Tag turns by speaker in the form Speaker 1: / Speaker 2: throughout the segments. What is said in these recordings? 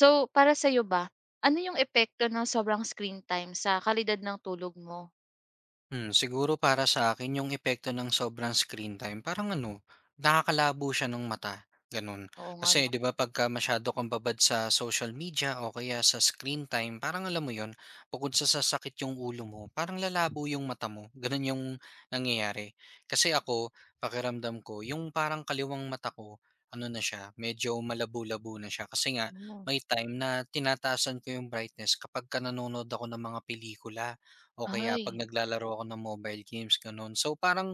Speaker 1: So, para sa'yo ba, ano yung epekto ng sobrang screen time sa kalidad ng tulog mo?
Speaker 2: Siguro para sa akin yung epekto ng sobrang screen time parang ano, nakakalabo siya ng mata, gano'n.
Speaker 1: Oo nga
Speaker 2: Kasi
Speaker 1: 'no.
Speaker 2: 'di ba pagka masyado kang babad sa social media o kaya sa screen time parang alam mo yon, bukod sa sasakit yung ulo mo, parang lalabo yung mata mo, gano'n yung nangyayari. Kasi ako, pakiramdam ko yung parang kaliwang mata ko ano na siya, medyo malabo-labo na siya kasi nga
Speaker 1: Hmm.
Speaker 2: may time na tinataasan ko yung brightness kapagka nanonood ako ng mga pelikula. O kaya 'pag
Speaker 1: Ay.
Speaker 2: naglalaro ako ng mobile games, gano'n. So, parang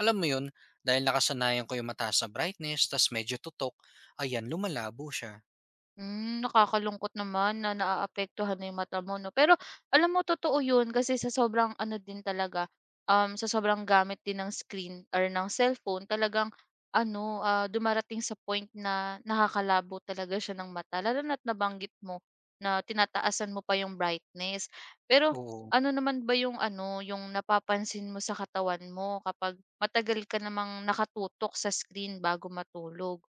Speaker 2: alam mo 'yun, dahil nakasanayan ko 'yung mataas na brightness ta's medyo tutok, ayan lumalabo siya,
Speaker 1: Nakakalungkot naman na naaapektuhan na yung mata mo 'no. Pero alam mo totoo yun kasi sa sobrang ano din talaga, sa sobrang gamit din ng screen or ng cellphone talagang ano, dumarating sa point na nakakalabo talaga siya ng mata lalo na't nabanggit mo na tinataasan mo pa yung brightness. Pero
Speaker 2: oo.
Speaker 1: ano naman ba yung ano, yung napapansin mo sa katawan mo kapag matagal ka namang nakatutok sa screen bago matulog?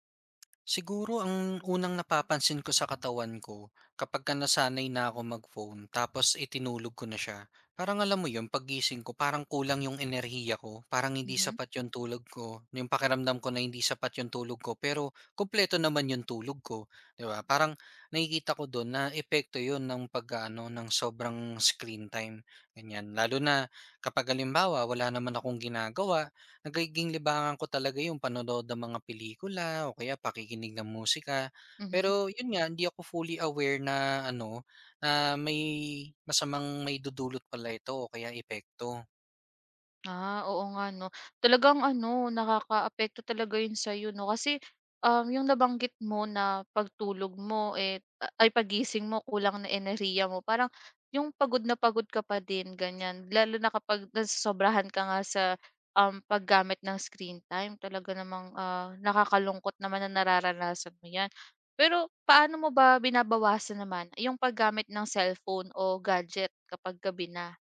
Speaker 2: Siguro ang unang napapansin ko sa katawan ko kapagka nasanay na ako mag-phone tapos itinulog ko na siya. Parang alam mo 'yun, pagising ko parang kulang 'yung enerhiya ko, parang hindi
Speaker 1: Mhm,
Speaker 2: sapat 'yung tulog ko. 'Yung pakiramdam ko na hindi sapat 'yung tulog ko pero kumpleto naman 'yung tulog ko, 'di ba? Parang nakikita ko doon na epekto 'yun ng pag-aano ng sobrang screen time, ganyan. Lalo na kapag halimbawa wala naman akong ginagawa, nagiging libangan ko talaga yung panonood ng mga pelikula o kaya pakikinig ng musika.
Speaker 1: mhm.
Speaker 2: Pero yun nga, hindi ako fully aware na ano, na may masamang maidudulot pala ito o kaya epekto.
Speaker 1: Ah, oo nga 'no. Talagang ano, nakakaapekto talaga 'yun sa'yo 'no, kasi, 'yung nabanggit mo na pagtulog mo, eh, ay pagising mo kulang na enerhiya mo, parang 'yung pagod na pagod ka pa din ganiyan. Lalo na kapag nasosobrahan ka nga sa, paggamit ng screen time talaga namang, nakakalungkot naman na nararanasan mo 'yan. Pero paano mo ba binabawasan naman 'yung paggamit ng cellphone o gadget kapag gabi na?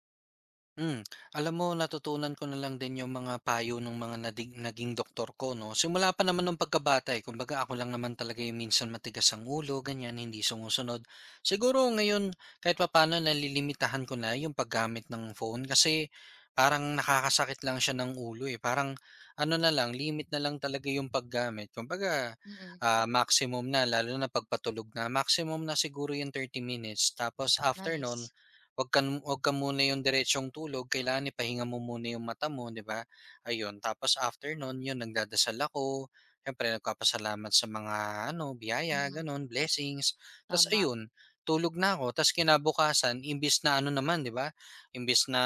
Speaker 2: Hmm, Alam mo natutunan ko na lang din yung mga payo ng mga naging doktor ko 'no. Simula pa naman nung pagkabata, eh, kumbaga ako lang naman talaga yung minsan matigas ang ulo ganyan, hindi sumusunod. Siguro ngayon kahit papaano nalilimitahan ko na yung paggamit ng phone kasi parang nakakasakit lang siya ng ulo, eh. Parang ano na lang, limit na lang talaga yung paggamit. Kumbaga,
Speaker 1: Mm, mm.
Speaker 2: ah, maximum na lalo na 'pag maximum na siguro yung 30 minutes tapos after no'n.
Speaker 1: Nice.
Speaker 2: Wag ka muna yung diretsong tulog, kailangan ipahinga mo muna yung mata mo, 'di ba? Ayun, tapos after nun, yun nagdadasal ako, siyempre nagpapasalamat sa mga ano, biyaya,
Speaker 1: Mm.
Speaker 2: ganun, blessings. Tapos
Speaker 1: Tama,
Speaker 2: ayun, tulog na ako, tapos kinabukasan, imbis na ano naman, di ba? Imbis na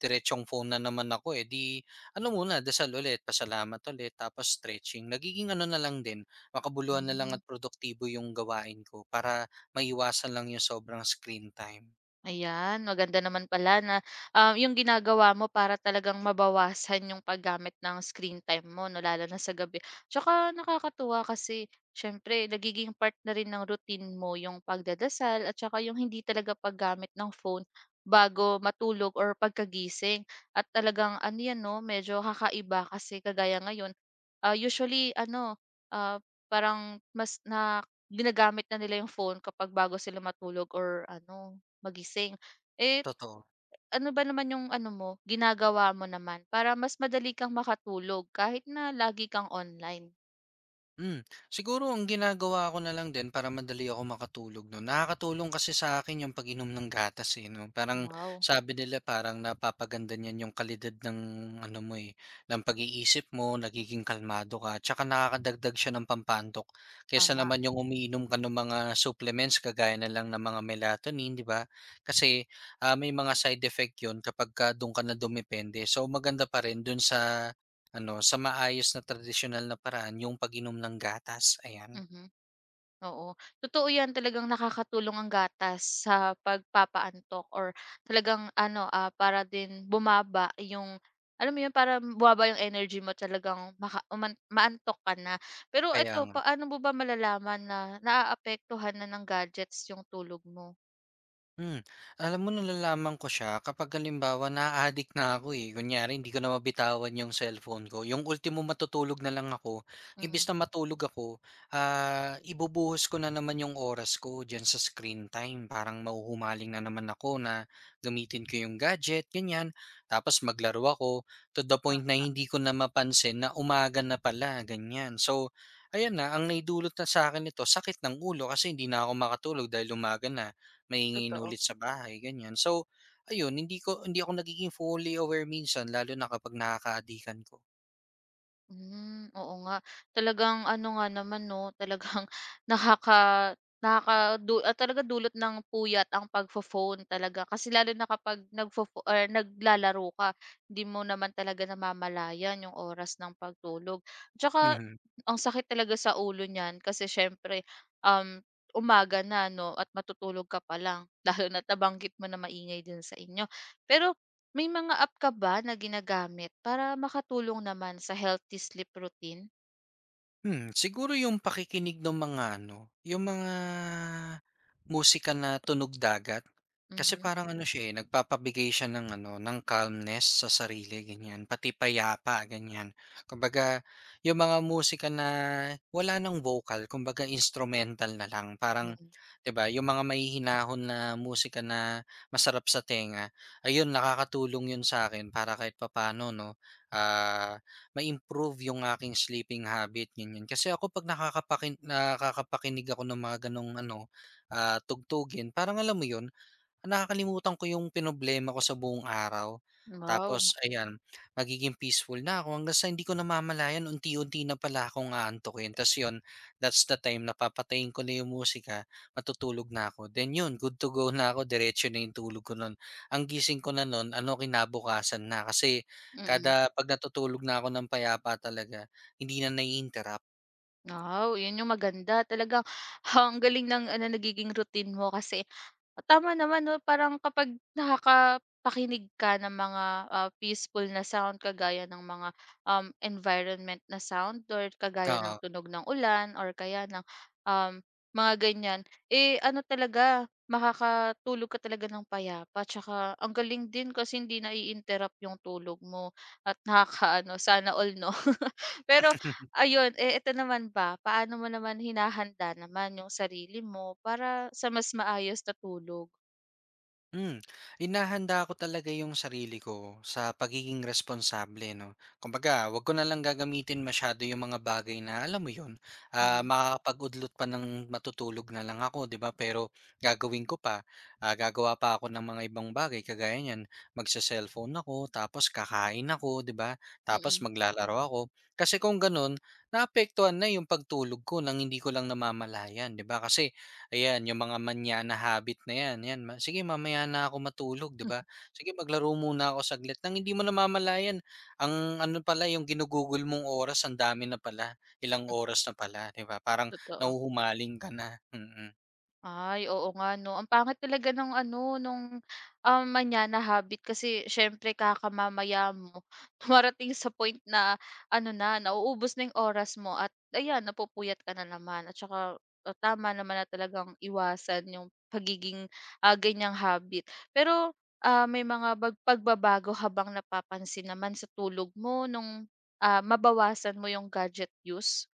Speaker 2: diretsong phone na naman ako, eh, di, ano muna, dasal ulit, pasalamat ulit, tapos stretching. Nagiging ano na lang din, makabuluhan na lang
Speaker 1: hmm.
Speaker 2: at produktibo yung gawain ko para maiwasan lang yung sobrang screen time.
Speaker 1: Ayan, maganda naman pala na, yung ginagawa mo para talagang mabawasan yung paggamit ng screen time mo 'no, lalo na sa gabi. Tsaka nakakatuwa kasi siyempre nagiging part na rin ng routine mo yung pagdadasal at saka yung hindi talaga paggamit ng phone bago matulog or pagkagising. At talagang ano 'yan 'no, medyo kakaiba kasi kagaya ngayon, usually ano, ah, parang mas na ginagamit na nila yung phone kapag bago sila matulog or ano magising. Eh,
Speaker 2: Totoo.
Speaker 1: ano ba naman yung ano mo, ginagawa mo naman para mas madali kang makatulog kahit na lagi kang online?
Speaker 2: Hmm, Siguro ang ginagawa ko na lang din para madali ako makatulog 'no, nakakatulong kasi sa akin yung pag-inom ng gatas, eh, 'no. Parang
Speaker 1: Wow,
Speaker 2: sabi nila parang napapaganda niyan yung kalidad ng ano mo, eh, ng pag-iisip mo, nagiging kalmado ka, tsaka nakakadagdag siya ng pampantok kaysa
Speaker 1: tama.
Speaker 2: naman yung umiinom ka ng mga supplements kagaya na lang ng mga melatonin, 'di ba? Kasi, ah, may mga side effect yun kapagka dun ka na dumepende. So, maganda pa rin dun sa sa maayos na tradisyonal na paraan yung pag-inom ng gatas, ayan.
Speaker 1: Mhm, oo. Totoo 'yan, talagang nakakatulong ang gatas sa pagpapaantok or talagang ano, para din bumaba yung alam mo 'yun, para bumaba yung energy mo talagang maka uman maantok ka na. Pero
Speaker 2: Kaya
Speaker 1: ito,
Speaker 2: nga.
Speaker 1: paano mo ba malalaman na naaapektuhan na ng gadgets yung tulog mo?
Speaker 2: Hmm, Alam mo nalalaman ko siya kapag halimbawa na-a-addict na ako, eh. Kunyari hindi ko na mabitawan yung cellphone ko, yung ultimo matutulog na lang ako, imbes
Speaker 1: Mm,
Speaker 2: na matulog ako, ah, ibubuhos ko na naman yung oras ko diyan sa screen time. Parang mahuhumaling na naman ako na gamitin ko yung gadget, ganyan. Tapos maglaro ako to the point na hindi ko na mapansin na umaga na pala, ganyan. So, ayan na, ang naidulot na sa akin nito sakit ng ulo kasi hindi na ako makatulog dahil umaga na
Speaker 1: totoo.
Speaker 2: manginginulit sa bahay, ganyan. So, ayun hindi ako nagiging fully aware minsan lalo na kapag nakakaadikan ko.
Speaker 1: Hmm, oo nga. Talagang ano nga naman 'no, talagang nakaka talaga dulot ng puyat ang pagpho-phone talaga. Kasi lalo na kapag nagpho-pho or naglalaro ka, hindi mo naman talaga namamalayan yung oras ng pagtulog. Tsaka
Speaker 2: Mhm.
Speaker 1: ang sakit talaga sa ulo niyan kasi siyempre, um, umaga na 'no at matutulog ka pa lang, lalo na't nabanggit mo na maingay din sa inyo. Pero may mga app ka ba na ginagamit para makatulong naman sa healthy sleep routine?
Speaker 2: Siguro yung pakikinig ng mga ano, yung mga musika na tunog dagat. Kasi
Speaker 1: Mhm.
Speaker 2: parang ano siya, eh, nagpapabigay siya ng ano, ng calmness sa sarili ganyan, pati payapa ganyan. Kumbaga yung mga musika na wala ng vocal, kumbaga instrumental na lang parang
Speaker 1: Mm.
Speaker 2: 'di ba, yung mga may hinahon na musika na masarap sa tenga, ayun nakakatulong yun sa akin, para kahit papaano 'no, ah ma-improve yung aking sleeping habit, ganyan. Kasi ako 'pag nakakapakinig ako ng mga gano'ng ano, ah, tugtugin parang alam mo 'yun, nakakalimutan ko yung pinoblema ko sa buong araw.
Speaker 1: Wow,
Speaker 2: Tapos ayan, magiging peaceful na ako hanggang sa hindi ko namamalayan unti-unti na pala akong aantukin. Tapos yun, that's the time na papatayin ko na yung musika, matutulog na ako. Then yun, good to go na ako, diretso na yung tulog ko nun. Ang gising ko na nun, ano kinabukasan na. Kasi
Speaker 1: mm.
Speaker 2: kada pag natutulog na ako ng payapa talaga, hindi na nai-interrupt.
Speaker 1: Wow, yun yung maganda. Talagang ang galing ng ano, nagiging routine mo kasi tama naman 'no, parang kapag nakakapakinig ka ng mga, peaceful na sound kagaya ng mga, environment na sound or kagaya ng tunog ng ulan or kaya ng, um, mga ganyan, eh, ano talaga, makakatulog ka talaga ng payapa tsaka ang galing din kasi hindi nai-interrupt yung tulog mo at nakakaano, sana all 'no. Pero ayun, eh, ito naman ba, paano mo naman hinahanda naman yung sarili mo para sa mas maayos na tulog?
Speaker 2: Hmm, Hinahanda ko talaga yung sarili ko sa pagiging responsable 'no. Kumbaga, 'wag ko na lang gagamitin masyado yung mga bagay na alam mo yun, ah,
Speaker 1: Mm,
Speaker 2: makakapag-udlot pa ng matutulog na lang ako 'di ba, pero gagawin ko pa, ah, gagawa pa ako ng mga ibang bagay kagaya niyan, magse-cellphone ako, tapos kakain ako 'di ba, tapos
Speaker 1: mm.
Speaker 2: maglalaro ako. Kasi kung ganun, naapektuhan na yung pagtulog ko nang hindi ko lang namamalayan 'di ba, kasi. Ayan, yung mga manyana habit na 'yan, 'yan ma sige mamaya na ako matulog 'di ba? Sige maglaro muna ako saglit nang hindi mo namamalayan ang ano pala yung ginugugol mong oras ang dami na pala, ilang oras na pala 'di ba? Parang
Speaker 1: Totoo.
Speaker 2: nauhumaling ka na. Mm. Mm.
Speaker 1: Ay, oo nga 'no. Ang pangit talaga nung ano, nung, manyana habit kasi siyempre kakamamaya mo tumarating sa point na ano na, nauubos na yung oras mo at ayan, napupuyat ka na naman at saka, tama naman na talagang iwasan yung pagiging, ganyang habit. Pero, may mga pagbabago habang napapansin naman sa tulog mo nung, mabawasan mo yung gadget use?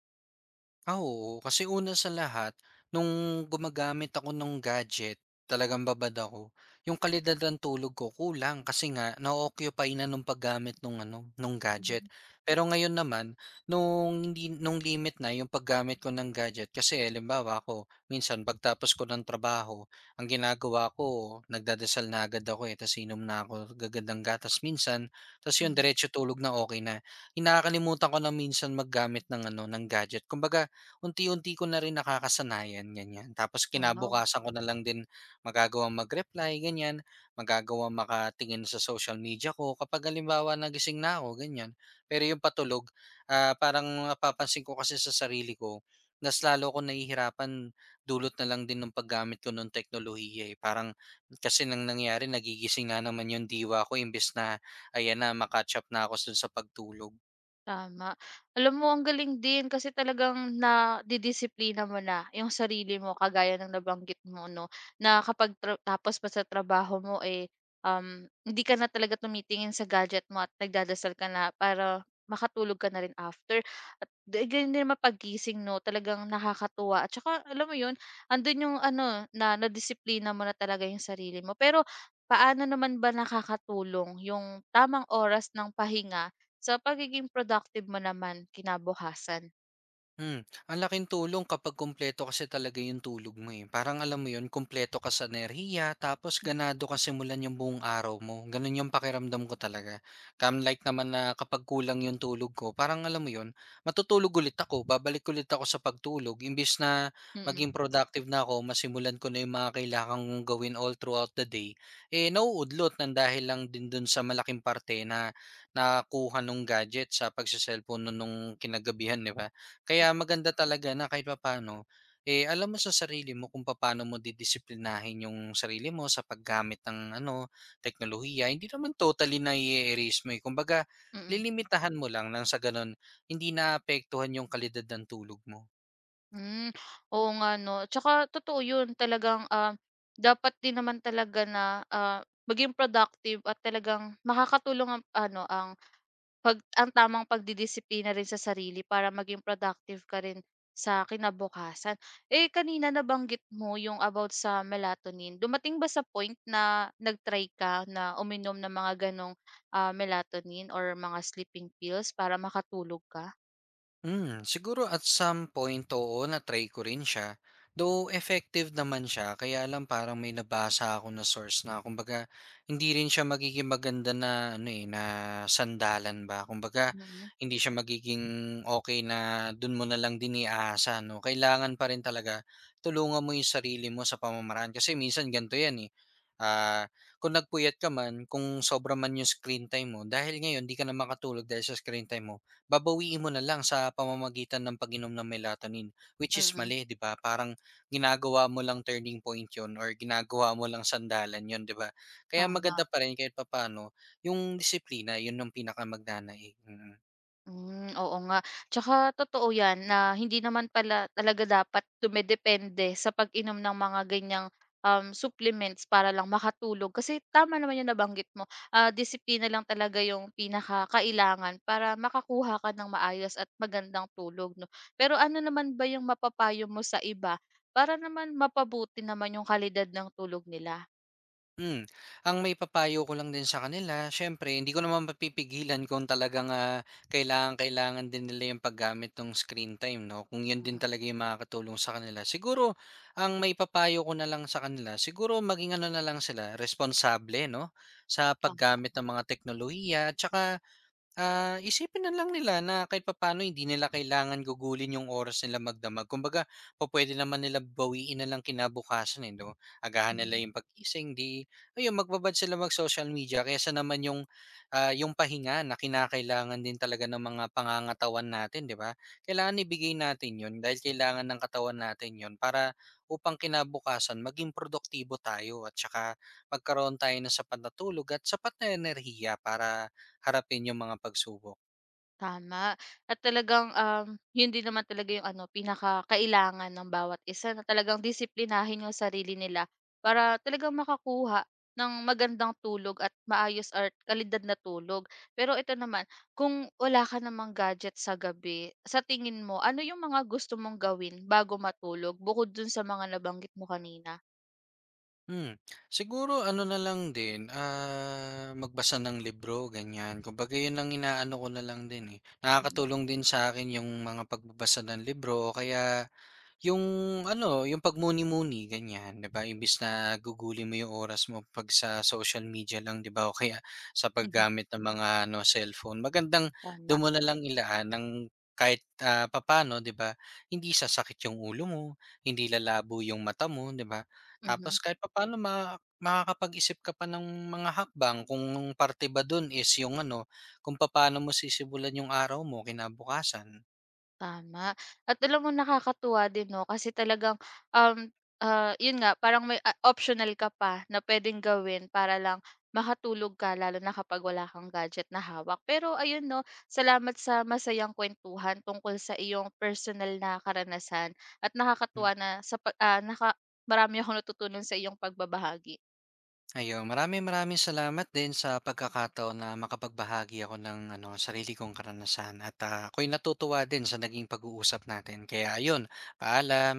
Speaker 2: Ah, oo. Kasi una sa lahat, nung gumagamit ako ng gadget, talagang babad ako. Yung kalidad ng tulog ko kulang kasi nga na-occupy na nung paggamit nung ano, nung gadget.
Speaker 1: Mhm,
Speaker 2: Pero ngayon naman, nung limit na yung paggamit ko ng gadget kasi halimbawa ako, minsan pagtapos ko ng trabaho, ang ginagawa ko, nagdadasal na agad ako eh, tas inom na ako agad gatas minsan, tas yun
Speaker 1: mhm,
Speaker 2: diretso tulog na okay na. Hinakalimutan ko na minsan maggamit ng ano, ng gadget. Kumbaga, unti-unti ko na rin nakakasanayan, ganyan. Tapos
Speaker 1: wow.
Speaker 2: kinabukasan ko na lang din magagawang mag-reply, ganyan. Magagawang makatingin sa social media ko kapag halimbawa nagising na ako, ganyan. Pero yung patulog, ah, parang napapansin ko kasi sa sarili ko, mas lalo ko nahihirapan dulot na lang din ng paggamit ko ng teknolohiya eh. Parang kasi nang nangyari nagigising na naman yung diwa ko imbes na ayan na makatch up na ako dun sa pagtulog.
Speaker 1: Tama. Alam mo ang galing din kasi talagang na didisiplina mo na yung sarili mo kagaya ng nabanggit mo 'no, na kapag tapos pa sa trabaho mo, eh, hindi ka na talaga tumitingin sa gadget mo at nagdadasal ka na para makatulog ka na rin after. At di ganun din mapagising 'no, talagang nakakatuwa at saka alam mo yun, andun yung ano, na nadisiplina mo na talaga yung sarili mo. Pero paano naman ba nakakatulong yung tamang oras ng pahinga sa pagiging productive mo naman kinabukasan?
Speaker 2: Ang laking tulong kapag kumpleto kasi talaga yung tulog mo eh. Parang alam mo yun, kumpleto ka sa enerhiya, tapos ganado ka simulan yung buong araw mo. Ganun yung pakiramdam ko talaga. Kam like naman na kapag kulang yung tulog ko, parang alam mo yun, matutulog ulit ako, babalik ulit ako sa pagtulog. Imbis na
Speaker 1: Mm,
Speaker 2: maging productive na ako, masimulan ko na yung mga kailangan kong gawin all throughout the day, eh nauudlot ng dahil lang din dun sa malaking parte na nakuha nung gadget sa pagsa-cellphone nun nung kinagabihan, di ba? Kaya maganda talaga na kahit papaano, eh, alam mo sa sarili mo kung paano mo didisiplinahin yung sarili mo sa paggamit ng ano, teknolohiya. Hindi naman totally na i-erase mo eh. Kumbaga,
Speaker 1: mm.
Speaker 2: lilimitahan mo lang nang sa ganun, hindi naapektuhan yung kalidad ng tulog mo.
Speaker 1: Hmm, oo nga 'no, tsaka totoo 'yun talagang, dapat din naman talaga na, maging productive at talagang makakatulong ang ano, ang 'pag ang tamang pagdidisiplina rin sa sarili para maging productive ka rin sa kinabukasan. Eh, kanina nabanggit mo yung about sa melatonin. Dumating ba sa point na nag-try ka na uminom ng mga ganong, melatonin or mga sleeping pills para makatulog ka?
Speaker 2: Siguro at some point, oo, na-try ko rin siya. Though effective naman siya, kaya lang parang may nabasa ako na source na kumbaga hindi rin siya magiging maganda na ano eh, na sandalan ba. Kumbaga
Speaker 1: Mm,
Speaker 2: hindi siya magiging okay na dun mo na lang din iaasa, no. Kailangan pa rin talaga tulungan mo 'yung sarili mo sa pamamaraan kasi minsan ganito 'yan eh. Ah, kung nagpuyat ka man, kung sobra man 'yung screen time mo, dahil ngayon 'di ka na makatulog dahil sa screen time mo, babawiin mo na lang sa pamamagitan ng pag-inom ng melatonin, which is
Speaker 1: mm,
Speaker 2: mali, 'di ba? Parang ginagawa mo lang turning point 'yon or ginagawa mo lang sandalan 'yon, 'di ba? Kaya
Speaker 1: tama.
Speaker 2: maganda pa rin kahit papaano yung disiplina, 'yun yung pinakamagnanais. Mm.
Speaker 1: Hmm, oo nga. Tsaka totoo 'yan na hindi naman pala talaga dapat dumedepende sa pag-inom ng mga ganiyang, supplements para lang makatulog. Kasi tama naman yung nabanggit mo, disiplina lang talaga yung pinakakailangan para makakuha ka ng maayos at magandang tulog 'no. Pero ano naman ba yung mapapayo mo sa iba para naman mapabuti naman yung kalidad ng tulog nila?
Speaker 2: Hmm, ang may papayo ko lang din sa kanila siyempre hindi ko naman mapipigilan kung talagang, ah, kailangang-kailangan din nila yung paggamit ng screen time 'no, kung yun din
Speaker 1: Mm,
Speaker 2: talaga yung makakatulong sa kanila. Siguro ang may papayo ko na lang sa kanila, siguro maging ano na lang sila, responsable 'no, sa
Speaker 1: tama.
Speaker 2: paggamit ng mga teknolohiya at saka. Ah, isipin na lang nila na kahit papaano hindi nila kailangan gugulin yung oras nila magdamag. Kumbaga, pupuwede naman nila bawiin na lang kinabukasan, eh, 'no? Agahan nila
Speaker 1: Mhm.
Speaker 2: yung pagising 'di ayun, magbabad sila mag-social media kaysa naman yung, ah, yung pahinga na kinakailangan din talaga ng mga pangangatawan natin, 'di ba? Kailangan ibigay natin yun dahil kailangan ng katawan natin yun para upang kinabukasan maging produktibo tayo at saka magkaroon tayo ng sapat na tulog at sapat na enerhiya para harapin yung mga pagsubok.
Speaker 1: Tama at talagang, yun din naman talaga yung ano pinakakailangan ng bawat isa na talagang disiplinahin yung sarili nila para talagang makakuha ng magandang tulog at maayos or kalidad na tulog. Pero ito naman, kung wala ka namang gadget sa gabi, sa tingin mo ano yung mga gusto mong gawin bago matulog bukod dun sa mga nabanggit mo kanina?
Speaker 2: Hmm, Siguro ano na lang din, ah, magbasa ng libro ganyan. Kumbaga yun ang inaano ko na lang din, eh,
Speaker 1: Mm.
Speaker 2: nakakatulong din sa akin yung mga pagbabasa ng libro o kaya yung ano, yung pagmuni-muni ganyan, 'di ba, imbis na gugulin mo yung oras mo 'pag sa social media lang, 'di ba, o kaya sa paggamit ng mga ano, cellphone. Magandang
Speaker 1: Tama,
Speaker 2: do'n mo na lang ilaan ng kahit, ah, papano 'di ba, hindi sasakit yung ulo mo, hindi lalabo yung mata mo, 'di ba? Tapos
Speaker 1: mhm.
Speaker 2: kahit papano makakapag-isip ka pa ng mga hakbang kung ang parte ba do'n is yung ano, kung papaano mo sisimulan yung araw mo kinabukasan.
Speaker 1: Tama. At alam mo nakakatuwa din 'no, kasi talagang, um, 'yun nga parang may optional ka pa na puwedeng gawin para lang makatulog ka lalo na kapag wala kang gadget na hawak. Pero ayun 'no, salamat sa masayang kwentuhan tungkol sa iyong personal na karanasan at nakakatuwa na sa pa ah, naka marami akong natutunan sa iyong pagbabahagi.
Speaker 2: Ayo, maraming maraming salamat din sa pagkakataon na makapagbahagi ako ng ano, sarili kong karanasan at ah, ako'y natutuwa din sa naging pag-uusap natin. Kaya ayun, paalam.